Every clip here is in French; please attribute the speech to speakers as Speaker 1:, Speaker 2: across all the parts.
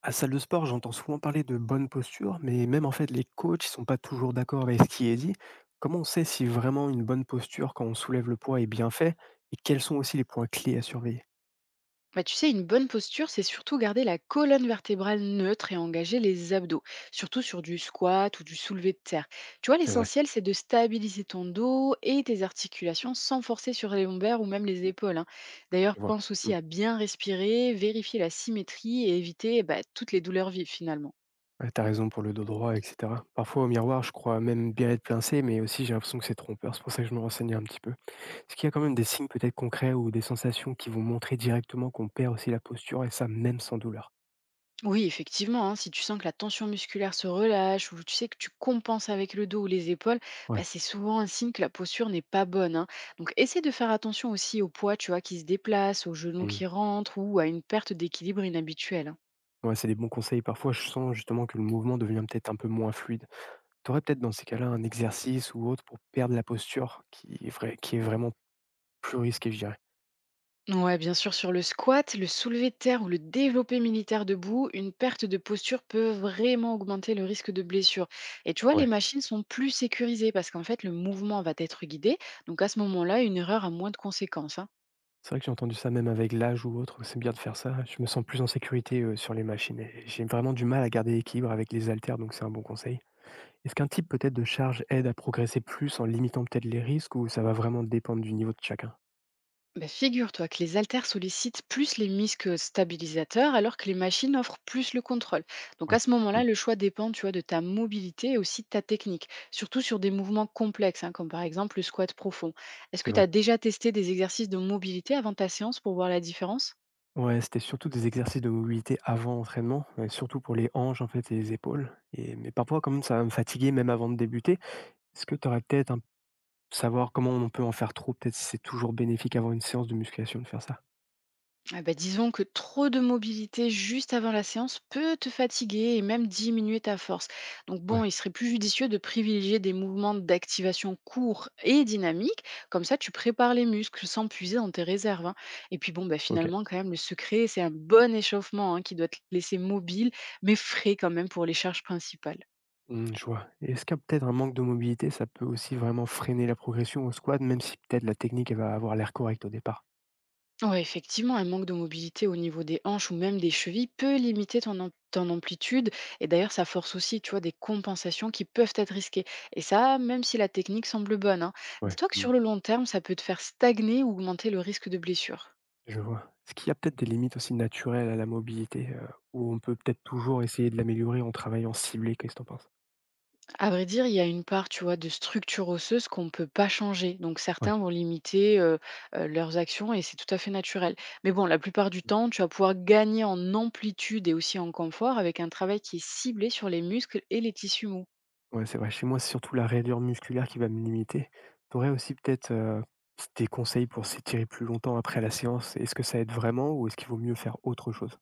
Speaker 1: À salle de sport, j'entends souvent parler de bonne posture, mais même en fait, les coachs ne sont pas toujours d'accord avec ce qui est dit. Comment on sait si vraiment une bonne posture quand on soulève le poids est bien fait et quels sont aussi les points clés à surveiller.
Speaker 2: Bah, tu sais, une bonne posture, c'est surtout garder la colonne vertébrale neutre et engager les abdos, surtout sur du squat ou du soulevé de terre. Tu vois,
Speaker 1: C'est vrai.
Speaker 2: l'essentiel, c'est de stabiliser ton dos et tes articulations sans forcer sur les lombaires ou même les épaules. Hein. D'ailleurs,
Speaker 1: Je vois.
Speaker 2: pense
Speaker 1: Mm.
Speaker 2: aussi à bien respirer, vérifier la symétrie et éviter bah, toutes les douleurs vives finalement.
Speaker 1: Ouais, t'as raison pour le dos droit, etc. Parfois au miroir, je crois même bien être pincé, mais aussi j'ai l'impression que c'est trompeur. C'est pour ça que je me renseigne un petit peu. Est-ce qu'il y a quand même des signes peut-être concrets ou des sensations qui vont montrer directement qu'on perd aussi la posture et ça même sans douleur?
Speaker 2: Oui, effectivement, hein, si tu sens que la tension musculaire se relâche ou tu sais que tu compenses avec le dos ou les épaules, bah,
Speaker 1: Ouais.
Speaker 2: c'est souvent un signe que la posture n'est pas bonne. Hein. Donc, essaie de faire attention aussi au poids, tu vois, qui se déplace, aux genoux
Speaker 1: Mm.
Speaker 2: qui rentrent ou à une perte d'équilibre inhabituelle. Hein.
Speaker 1: Ouais, c'est des bons conseils. Parfois, je sens justement que le mouvement devient peut-être un peu moins fluide. Tu aurais peut-être dans ces cas-là un exercice ou autre pour perdre la posture qui est vraiment plus risqué, je dirais.
Speaker 2: Ouais, bien sûr, sur le squat, le soulevé de terre ou le développé militaire debout, une perte de posture peut vraiment augmenter le risque de blessure. Et tu vois, les
Speaker 1: Ouais.
Speaker 2: machines sont plus sécurisées parce qu'en fait, le mouvement va être guidé. Donc à ce moment-là, une erreur a moins de conséquences. Hein.
Speaker 1: C'est vrai que j'ai entendu ça même avec l'âge ou autre, c'est bien de faire ça. Je me sens plus en sécurité, sur les machines et j'ai vraiment du mal à garder l'équilibre avec les haltères, donc c'est un bon conseil. Est-ce qu'un type peut-être de charge aide à progresser plus en limitant peut-être les risques ou ça va vraiment dépendre du niveau de chacun?
Speaker 2: Bah, figure-toi que les haltères sollicitent plus les misques stabilisateurs alors que les machines offrent plus le contrôle. Donc à
Speaker 1: Ouais,
Speaker 2: ce
Speaker 1: mmh,
Speaker 2: moment-là, le choix dépend, tu vois, de ta mobilité et aussi de ta technique, surtout sur des mouvements complexes, hein, comme par exemple le squat profond. Est-ce
Speaker 1: c'est
Speaker 2: que tu
Speaker 1: vrai.
Speaker 2: as déjà testé des exercices de mobilité avant ta séance pour voir la différence?
Speaker 1: Ouais, c'était surtout des exercices de mobilité avant entraînement, surtout pour les hanches en fait et les épaules et mais parfois quand même ça va me fatiguer même avant de débuter. Est-ce que tu aurais peut-être un savoir comment on peut en faire trop, peut-être si c'est toujours bénéfique avant une séance de musculation de faire ça?
Speaker 2: Ah bah, disons que trop de mobilité juste avant la séance peut te fatiguer et même diminuer ta force. Donc bon,
Speaker 1: Ouais,
Speaker 2: il serait plus judicieux de privilégier des mouvements d'activation courts et dynamiques. Comme ça, tu prépares les muscles sans puiser dans tes réserves. Hein. Et puis bon, bah,
Speaker 1: OK.
Speaker 2: finalement, quand même, le secret, c'est un bon échauffement, hein, qui doit te laisser mobile, mais frais quand même pour les charges principales.
Speaker 1: Mmh, je vois. Et est-ce qu'il y a peut-être un manque de mobilité, ça peut aussi vraiment freiner la progression au squat, même si peut-être la technique, elle va avoir l'air correcte au départ?
Speaker 2: Ouais, effectivement, un manque de mobilité au niveau des hanches ou même des chevilles peut limiter ton amplitude. Et d'ailleurs, ça force aussi, tu vois, des compensations qui peuvent être risquées. Et ça, même si la technique semble bonne. Hein.
Speaker 1: Ouais,
Speaker 2: Dis-toi que
Speaker 1: mmh.
Speaker 2: sur le long terme, ça peut te faire stagner ou augmenter le risque de blessure.
Speaker 1: Je vois. Est-ce qu'il y a peut-être des limites aussi naturelles à la mobilité, où on peut peut-être toujours essayer de l'améliorer en travaillant ciblé? Qu'est-ce que t'en penses?
Speaker 2: À vrai dire, il y a une part, tu vois, de structure osseuse qu'on ne peut pas changer. Donc certains
Speaker 1: Ouais.
Speaker 2: vont limiter leurs actions et c'est tout à fait naturel. Mais bon, la plupart du temps, tu vas pouvoir gagner en amplitude et aussi en confort avec un travail qui est ciblé sur les muscles et les tissus mous.
Speaker 1: Ouais, c'est vrai. Chez moi, c'est surtout la raideur musculaire qui va me limiter. Tu aussi peut-être, des conseils pour s'étirer plus longtemps après la séance? Est-ce que ça aide vraiment ou est-ce qu'il vaut mieux faire autre chose?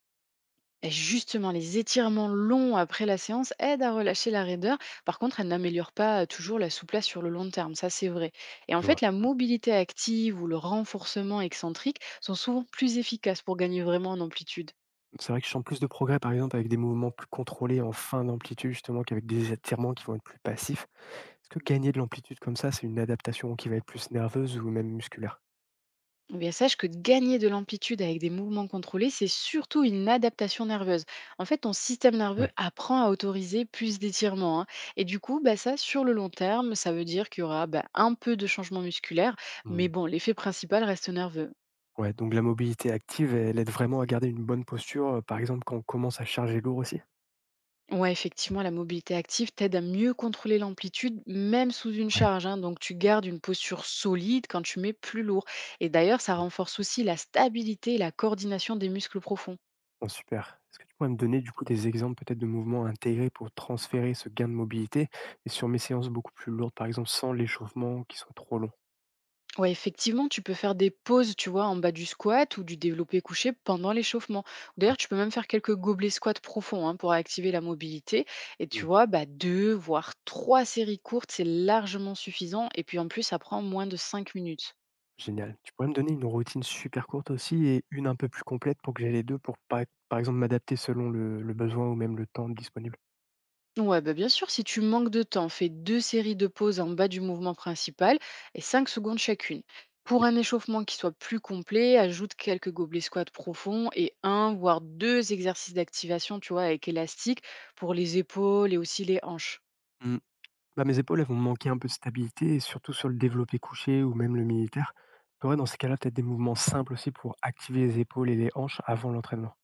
Speaker 2: Et justement, les étirements longs après la séance aident à relâcher la raideur. Par contre, elles n'améliorent pas toujours la souplesse sur le long terme, ça c'est vrai. Et en
Speaker 1: Je
Speaker 2: fait,
Speaker 1: vois.
Speaker 2: la mobilité active ou le renforcement excentrique sont souvent plus efficaces pour gagner vraiment en amplitude.
Speaker 1: C'est vrai que je sens plus de progrès, par exemple, avec des mouvements plus contrôlés en fin d'amplitude, justement, qu'avec des étirements qui vont être plus passifs. Est-ce que gagner de l'amplitude comme ça, c'est une adaptation qui va être plus nerveuse ou même musculaire?
Speaker 2: Eh bien, sache que gagner de l'amplitude avec des mouvements contrôlés, c'est surtout une adaptation nerveuse. En fait, ton système nerveux
Speaker 1: Ouais.
Speaker 2: apprend à autoriser plus d'étirements. Hein. Et du coup, bah, ça, sur le long terme, ça veut dire qu'il y aura bah, un peu de changement musculaire,
Speaker 1: Mmh.
Speaker 2: mais bon, l'effet principal reste nerveux.
Speaker 1: Ouais, donc la mobilité active, elle aide vraiment à garder une bonne posture, par exemple, quand on commence à charger lourd aussi?
Speaker 2: Ouais, effectivement, la mobilité active t'aide à mieux contrôler l'amplitude, même sous une
Speaker 1: Ouais.
Speaker 2: charge. Hein. Donc, tu gardes une posture solide quand tu mets plus lourd. Et d'ailleurs, ça renforce aussi la stabilité et la coordination des muscles profonds.
Speaker 1: Bon, super. Est-ce que tu pourrais me donner du coup des exemples peut-être de mouvements intégrés pour transférer ce gain de mobilité et sur mes séances beaucoup plus lourdes, par exemple sans l'échauffement qui soit trop long?
Speaker 2: Ouais, effectivement, tu peux faire des pauses, tu vois, en bas du squat ou du développé couché pendant l'échauffement.
Speaker 1: Ouais.
Speaker 2: D'ailleurs, tu peux même faire quelques gobelets squats profonds, hein, pour activer la mobilité. Et tu
Speaker 1: Mm.
Speaker 2: vois, bah, deux, voire trois séries courtes, c'est largement suffisant. Et puis en plus, ça prend moins de 5 minutes.
Speaker 1: Génial. Tu pourrais me donner une routine super courte aussi et une un peu plus complète pour que j'ai les deux pour pas, par exemple m'adapter selon le besoin ou même le temps disponible.
Speaker 2: Ouais, bah bien sûr, si tu manques de temps, fais deux séries de pauses en bas du mouvement principal et 5 secondes chacune. Pour
Speaker 1: Ok.
Speaker 2: un échauffement qui soit plus complet, ajoute quelques gobelets squats profonds et un voire deux exercices d'activation, tu vois, avec élastique pour les épaules et aussi les hanches.
Speaker 1: Hmm. Bah, mes épaules, elles vont manquer un peu de stabilité et surtout sur le développé couché ou même le militaire. Tu aurais dans ces cas-là peut-être des mouvements simples aussi pour activer les épaules et les hanches avant l'entraînement.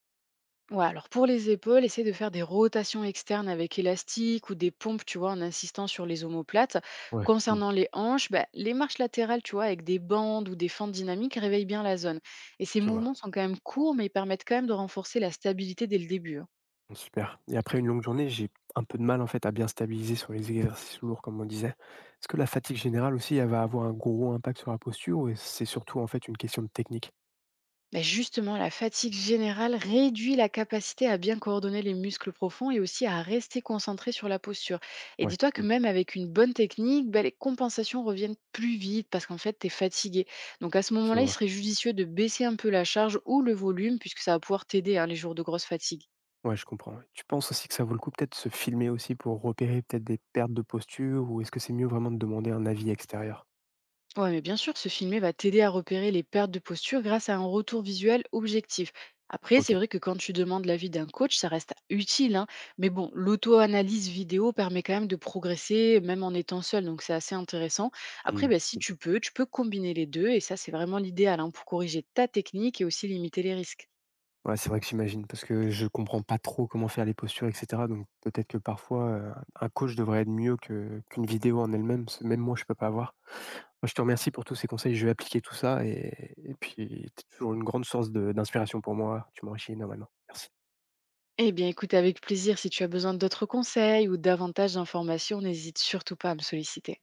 Speaker 2: Ouais, alors pour les épaules, essaie de faire des rotations externes avec élastique ou des pompes, tu vois, en insistant sur les omoplates.
Speaker 1: Ouais. Mm.
Speaker 2: Concernant les hanches, bah, les marches latérales, tu vois, avec des bandes ou des fentes dynamiques, réveillent bien la zone. Et ces
Speaker 1: Je vois.
Speaker 2: mouvements sont quand même courts, mais ils permettent quand même de renforcer la stabilité dès le début. Hein.
Speaker 1: Mmh, super et après une longue journée, j'ai un peu de mal, en fait, à bien stabiliser sur les exercices lourds comme on disait. Est-ce que la fatigue générale aussi, elle va avoir un gros impact sur la posture ou est c'est surtout, en fait, une question de technique?
Speaker 2: Bah, justement, la fatigue générale réduit la capacité à bien coordonner les muscles profonds et aussi à rester concentré sur la posture. Et
Speaker 1: Ouais,
Speaker 2: dis-toi que
Speaker 1: mmh,
Speaker 2: même avec une bonne technique, bah, les compensations reviennent plus vite parce qu'en fait, tu es fatigué. Donc à ce
Speaker 1: je
Speaker 2: moment-là, il
Speaker 1: vois.
Speaker 2: serait judicieux de baisser un peu la charge ou le volume puisque ça va pouvoir t'aider, hein, les jours de grosse fatigue.
Speaker 1: Ouais, je comprends, ouais. Tu penses aussi que ça vaut le coup peut-être de se filmer aussi pour repérer peut-être des pertes de posture ou est-ce que c'est mieux vraiment de demander un avis extérieur?
Speaker 2: Ouais, mais bien sûr, se filmer va t'aider à repérer les pertes de posture grâce à un retour visuel objectif. Après, c'est
Speaker 1: OK.
Speaker 2: vrai que quand tu demandes l'avis d'un coach, ça reste utile, hein, mais bon, l'auto-analyse vidéo permet quand même de progresser, même en étant seul, donc c'est assez intéressant. Après,
Speaker 1: Mmh,
Speaker 2: bah, si tu
Speaker 1: mmh.
Speaker 2: peux, tu peux combiner les deux, et ça, c'est vraiment l'idéal, hein, pour corriger ta technique et aussi limiter les risques.
Speaker 1: Ouais, c'est vrai que j'imagine parce que je comprends pas trop comment faire les postures et cetera donc peut-être que parfois, un coach devrait être mieux que qu'une vidéo en elle-même, parce que même moi je peux pas voir. Moi, je te remercie pour tous ces conseils. Je vais appliquer tout ça et puis tu es toujours une grande source de d'inspiration pour moi. Tu m'enrichis énormément. Merci.
Speaker 2: Eh bien, écoute, avec plaisir, si tu as besoin d'autres conseils ou davantage d'informations, n'hésite surtout pas à me solliciter.